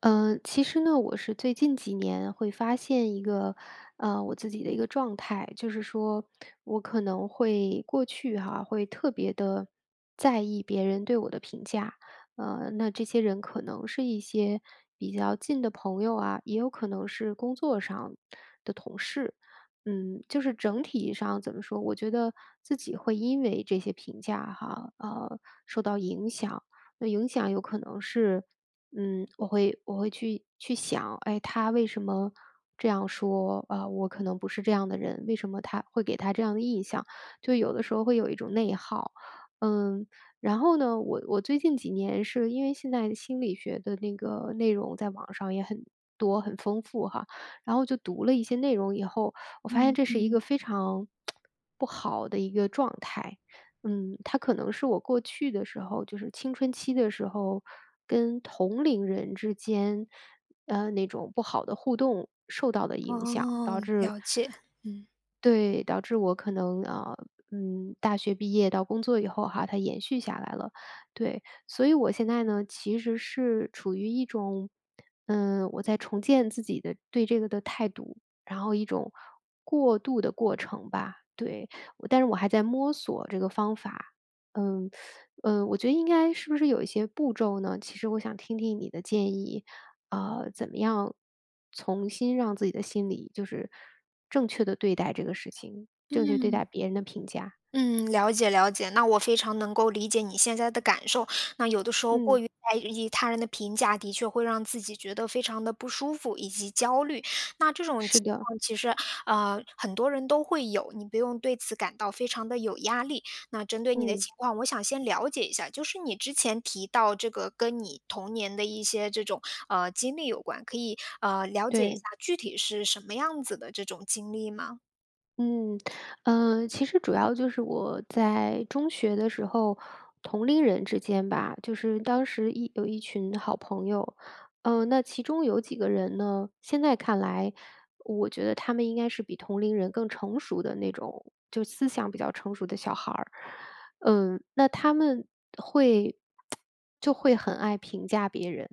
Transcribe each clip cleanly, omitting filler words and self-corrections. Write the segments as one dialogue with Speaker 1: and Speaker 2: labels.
Speaker 1: 其实呢，我是最近几年会发现一个，我自己的一个状态，就是说我可能会过去哈、会特别的在意别人对我的评价，那这些人可能是一些比较近的朋友啊，也有可能是工作上的同事，就是整体上怎么说，我觉得自己会因为这些评价哈，受到影响。那影响有可能是我会去想，哎，他为什么这样说啊？我可能不是这样的人，为什么他会给他这样的印象？就有的时候会有一种内耗。嗯，然后呢，我最近几年是因为现在心理学的那个内容在网上也很多很丰富哈，然后就读了一些内容以后，我发现
Speaker 2: 嗯
Speaker 1: 这是一个
Speaker 2: 嗯，
Speaker 1: 非常 不好的一个状态。它可能是我过去的时候，就是青春期的时候，跟同龄人之间，那种不好的互动受到的影响，
Speaker 2: 哦，
Speaker 1: 导致。
Speaker 2: 了解，嗯。
Speaker 1: 对，导致我可能啊，大学毕业到工作以后哈，它延续下来了。对，所以我现在呢，其实是处于一种，我在重建自己的对这个的态度，然后一种过渡的过程吧。对，但是我还在摸索这个方法。嗯我觉得应该是不是有一些步骤呢？其实我想听听你的建议。怎么样重新让自己的心理就是正确的对待这个事情，正确地对
Speaker 2: 嗯。
Speaker 1: 待别人的评价。
Speaker 2: 嗯，了解了解，那我非常能够理解你现在的感受。那有的时候过
Speaker 1: 嗯。
Speaker 2: 于在意他人的评价，的确会让自己觉得非常的不舒服以及焦虑。那这种
Speaker 1: 是
Speaker 2: 情
Speaker 1: 的。
Speaker 2: 况其实呃很多人都会有，你不用对此感到非常的有压力。那针对你的
Speaker 1: 嗯。
Speaker 2: 情况，我想先了解一下，就是你之前提到这个跟你童年的一些这种呃经历有关，可以呃了解一下
Speaker 1: 对。
Speaker 2: 具体是什么样子的这种经历吗？
Speaker 1: 嗯，其实主要就是我在中学的时候，同龄人之间吧，就是当时有一群好朋友。那其中有几个人呢，现在看来，我觉得他们应该是比同龄人更成熟的那种，就思想比较成熟的小孩儿。那他们会 就会很爱评价别人。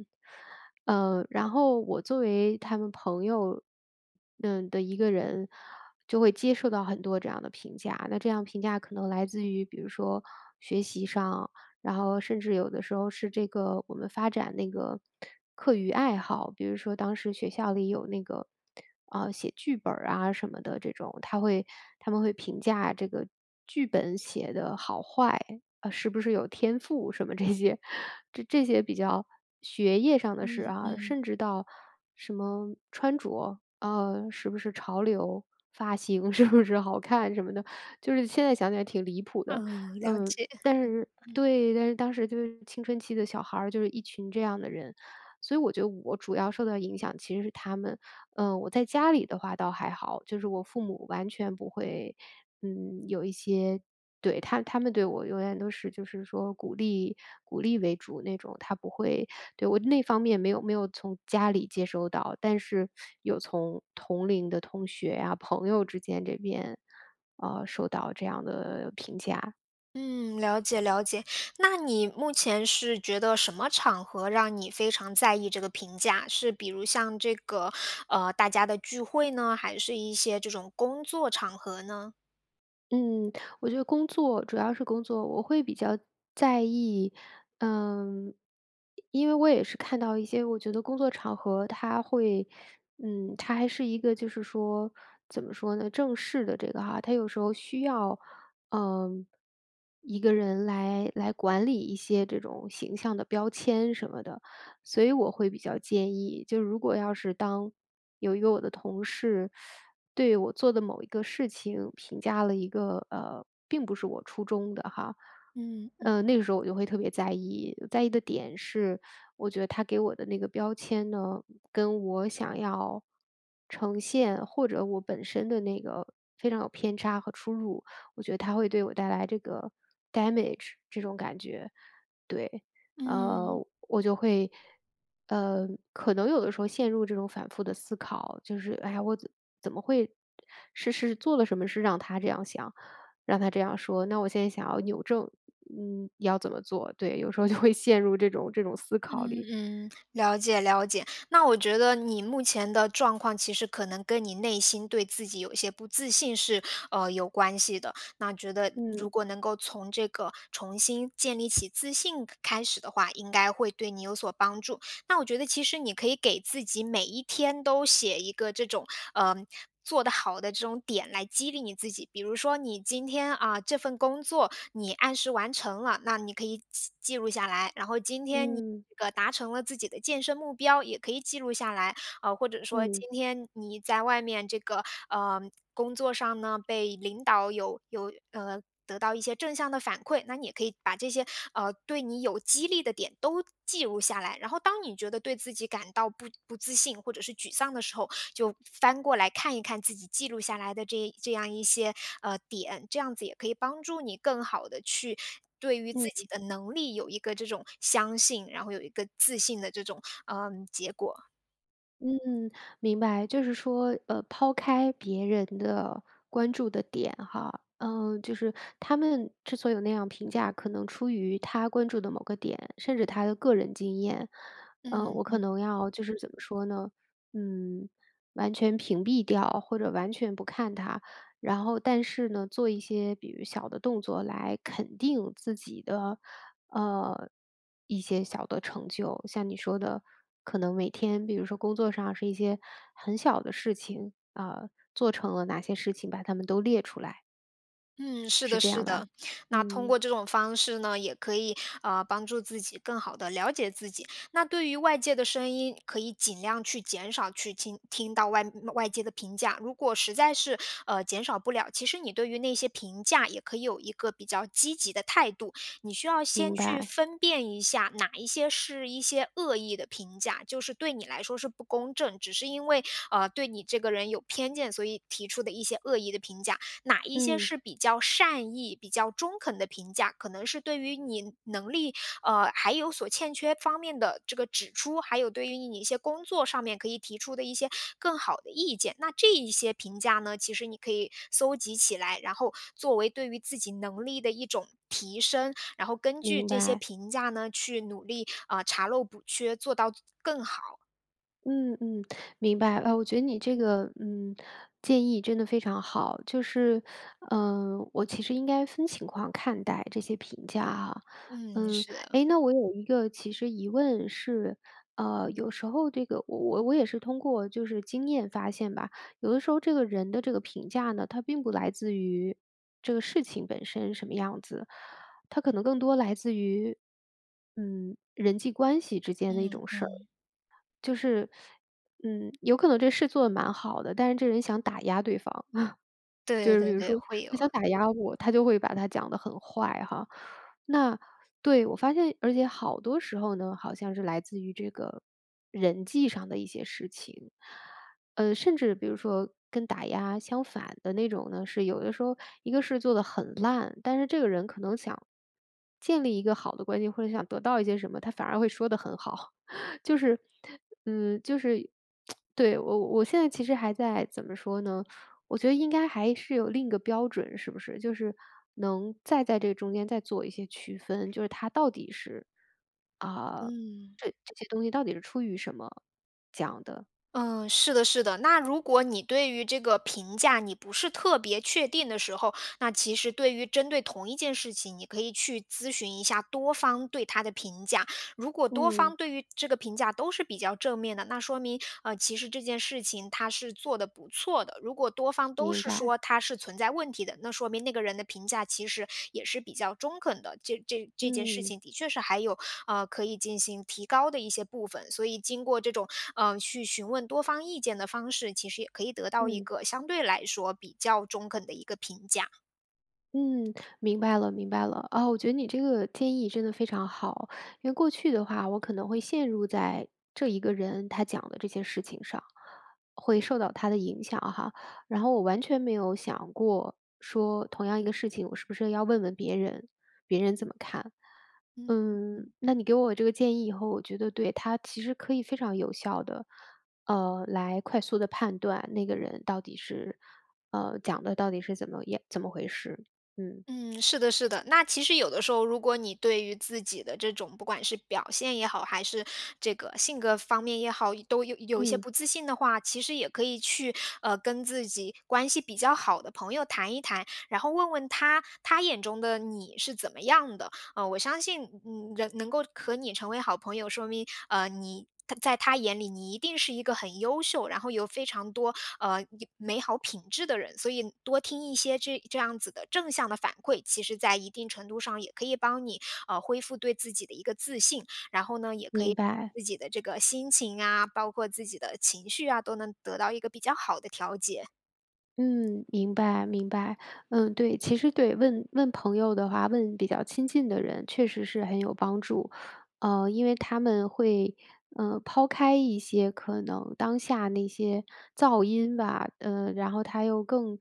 Speaker 1: 然后我作为他们朋友的一个人，就会接受到很多这样的评价。那这样评价可能来自于，比如说学习上，然后甚至有的时候是这个我们发展那个课余爱好，比如说当时学校里有那个啊写剧本儿啊什么的这种，他们会评价这个剧本写的好坏，啊，是不是有天赋什么这些，这些比较学业上的事
Speaker 2: 嗯
Speaker 1: 啊，
Speaker 2: 嗯
Speaker 1: 甚至到什么穿着是不是潮流、发型 是不是好看什么的，就是现在想起来挺离谱的。
Speaker 2: 嗯，了
Speaker 1: 嗯，
Speaker 2: 解。
Speaker 1: 但是对，但是当时就是青春期的小孩儿，就是一群这样的人，所以我觉得我主要受到影响其实是他们。我在家里的话倒还好，就是我父母完全不会，有一些。对，他们对我永远都是就是说鼓励为主那种，他不会。对，我那方面没有从家里接收到，但是有从同龄的同学呀、朋友之间这边，收到这样的评价。
Speaker 2: 嗯，了解了解。那你目前是觉得什么场合让你非常在意这个评价？是比如像这个，大家的聚会呢，还是一些这种工作场合呢？
Speaker 1: 嗯，我觉得工作主要是工作，我会比较在意。嗯，因为我也是看到一些，我觉得工作场合它会，它还是一个就是说怎么说呢，正式的这个哈，它有时候需要，嗯，一个人来管理一些这种形象的标签什么的，所以我会比较建议，就如果要是当有一个我的同事，对我做的某一个事情评价了一个并不是我初衷的哈。
Speaker 2: 嗯嗯。
Speaker 1: 那个时候我就会特别在意，在意的点是，我觉得他给我的那个标签呢，跟我想要呈现或者我本身的那个非常有偏差和出入，我觉得它会对我带来这个 damage 这种感觉。对。呃，
Speaker 2: 嗯。
Speaker 1: 我就会，呃，可能有的时候陷入这种反复的思考，就是哎呀，我怎么会是做了什么事让他这样想，让他这样说？那我现在想要扭正，要怎么做？对，有时候就会陷入这种思考里。
Speaker 2: 嗯嗯，了解了解。那我觉得你目前的状况，其实可能跟你内心对自己有一些不自信是呃有关系的。那觉得如
Speaker 1: 嗯
Speaker 2: 果能够从这个重新建立起自信开始的话，应该会对你有所帮助。那我觉得其实你可以给自己每一天都写一个这种嗯呃。做得好的这种点来激励你自己，比如说你今天啊、这份工作你按时完成了，那你可以记录下来。然后今天你
Speaker 1: 嗯
Speaker 2: 这个达成了自己的健身目标，也可以记录下来。或者说
Speaker 1: 嗯
Speaker 2: 今天你在外面这个呃工作上呢，被领导有有呃得到一些正向的反馈，那你也可以把这些呃对你有激励的点都记录下来。然后，当你觉得对自己感到不自信或者是沮丧的时候，就翻过来看一看自己记录下来的这样一些呃点，这样子也可以帮助你更好的去。对于自己
Speaker 1: 嗯。
Speaker 2: 的能力有一个这种相信，然后有一个自信的这种结果，
Speaker 1: 嗯，明白，就是说，抛开别人的关注的点哈。嗯，就是他们之所以有那样评价，可能出于他关注的某个点，甚至他的个人经验。我可
Speaker 2: 嗯。
Speaker 1: 能要就是怎么说呢，嗯，完全屏蔽掉或者完全不看他。然后但是呢，做一些比如小的动作来肯定自己的，呃，一些小的成就。像你说的，可能每天比如说工作上是一些很小的事情，啊，做成了哪些事情，把它们都列出来，
Speaker 2: 嗯，是
Speaker 1: 是
Speaker 2: 的，
Speaker 1: 这
Speaker 2: 是
Speaker 1: 样吧？
Speaker 2: 的。那通过
Speaker 1: 嗯，
Speaker 2: 这种方式呢，也可以呃帮助自己更好的了解自己。那对于外界的声音，可以尽量去减少去听到外界的评价。如果实在是呃减少不了，其实你对于那些评价也可以有一个比较积极的态度。你需要先
Speaker 1: 明
Speaker 2: 去
Speaker 1: 白。
Speaker 2: 分辨一下哪一些是一些恶意的评价，就是对你来说是不公正，只是因为呃对你这个人有偏见，所以提出的一些恶意的评价。哪一些
Speaker 1: 嗯，
Speaker 2: 是比较善意、比较中肯的评价，可能是对于你能力，还有所欠缺方面的这个指出，还有对于你一些工作上面可以提出的一些更好的意见。那这一些评价呢，其实你可以搜集起来，然后作为对于自己能力的一种提升，然后根据
Speaker 1: 明
Speaker 2: 这些
Speaker 1: 白。
Speaker 2: 评价呢，去努力啊、呃查漏补缺，做到更好。
Speaker 1: 嗯嗯，明白。我觉得你这个建议真的非常好，就是我其实应该分情况看待这些评价哈。
Speaker 2: 嗯，
Speaker 1: 嗯，
Speaker 2: 是的，
Speaker 1: 诶，那我有一个其实疑问是，有时候这个我也是通过就是经验发现吧，有的时候这个人的这个评价呢，它并不来自于这个事情本身什么样子，它可能更多来自于人际关系之间的一
Speaker 2: 嗯
Speaker 1: 种事儿。
Speaker 2: 嗯，
Speaker 1: 就是，有可能这事做的蛮好的，但是这人想打压对方。就
Speaker 2: 对
Speaker 1: 是比
Speaker 2: 对
Speaker 1: 如
Speaker 2: 对，
Speaker 1: 说
Speaker 2: 会有，
Speaker 1: 他想打压我，他就会把他讲的很坏哈。那。对，我发现而且好多时候呢，好像是来自于这个人际上的一些事情。甚至比如说跟打压相反的那种呢，是有的时候一个事做的很烂，但是这个人可能想建立一个好的关系，或者想得到一些什么，他反而会说的很好。就是就是 对，我现在其实还在怎么说呢？我觉得应该还是有另一个标准，是不是？就是能再在这个中间再做一些区分，就是它到底是啊、
Speaker 2: 嗯。
Speaker 1: 这些东西到底是出于什么讲的？
Speaker 2: 嗯，是的，是的。那如果你对于这个评价你不是特别确定的时候，那其实对于针对同一件事情，你可以去咨询一下多方对他的评价。如果多方
Speaker 1: 嗯，
Speaker 2: 对于这个评价都是比较正面的，那说明呃其实这件事情他是做的不错的。如果多方都
Speaker 1: 明
Speaker 2: 是
Speaker 1: 白。
Speaker 2: 说他是存在问题的，那说明那个人的评价其实也是比较中肯的。这件事
Speaker 1: 嗯
Speaker 2: 情的确是还有可以进行提高的一些部分。所以经过这种，去询问多方意见的方式，其实也可以得到一
Speaker 1: 嗯。
Speaker 2: 个相对来说比较中肯的一个评价。
Speaker 1: 嗯，明白了，明白了。啊，我觉得你这个建议真的非常好，因为过去的话，我可能会陷入在这一个人他讲的这些事情上，会受到他的影响哈。然后我完全没有想过说，同样一个事情，我是不是要问问别人，别人怎么看？
Speaker 2: 嗯。
Speaker 1: 那你给我这个建议以后，我觉得对他其实可以非常有效的，来快速的判断那个人到底是，讲的到底是怎么也怎么回事。嗯
Speaker 2: 嗯，是的，是的。那其实有的时候，如果你对于自己的这种不管是表现也好，还是这个性格方面也好，都有一些
Speaker 1: 嗯，
Speaker 2: 不自信的话，其实也可以去呃跟自己关系比较好的朋友谈一谈，然后问问他眼中的你是怎么样的。我相信，嗯，人能够和你成为好朋友，说明呃你。他在他眼里，你一定是一个很优秀，然后有非常多呃美好品质的人，所以多听一些这样子的正向的反馈，其实在一定程度上也可以帮你呃恢复对自己的一个自信，然后呢，也可
Speaker 1: 明
Speaker 2: 以
Speaker 1: 白。
Speaker 2: 自己的这个心情啊，包括自己的情绪啊，都能得到一个比较好的调节。
Speaker 1: 嗯，明白明白。嗯，对，其实对，问问朋友的话，问比较亲近的人，确实是很有帮助，因为他们会，抛开一些可能当下那些噪音吧，然后他又更，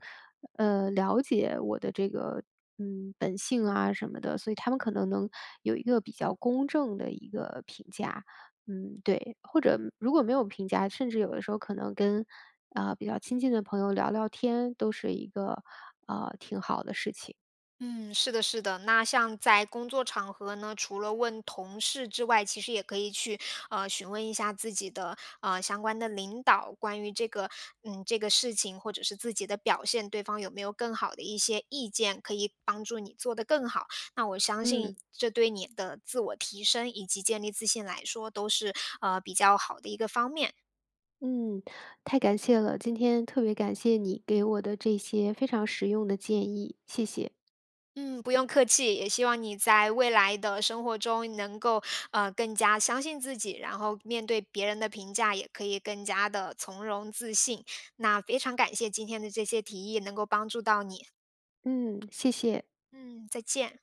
Speaker 1: 了解我的这个，本性啊什么的，所以他们可能能有一个比较公正的一个评价。对，或者如果没有评价，甚至有的时候可能跟比较亲近的朋友聊聊天，都是一个，挺好的事情。
Speaker 2: 嗯，是的，是的。那像在工作场合呢，除了问同事之外，其实也可以去呃询问一下自己的呃相关的领导，关于这个嗯这个事情或者是自己的表现，对方有没有更好的一些意见，可以帮助你做得更好。那我相信
Speaker 1: 嗯。
Speaker 2: 这对你的自我提升以及建立自信来说，都是呃比较好的一个方面。
Speaker 1: 嗯，太感谢了，今天特别感谢你给我的这些非常实用的建议，谢谢。
Speaker 2: 嗯，不用客气，也希望你在未来的生活中能够呃更加相信自己，然后面对别人的评价也可以更加的从容自信。那非常感谢今天的这些提议能够帮助到你，
Speaker 1: 嗯，谢谢。
Speaker 2: 嗯，再见。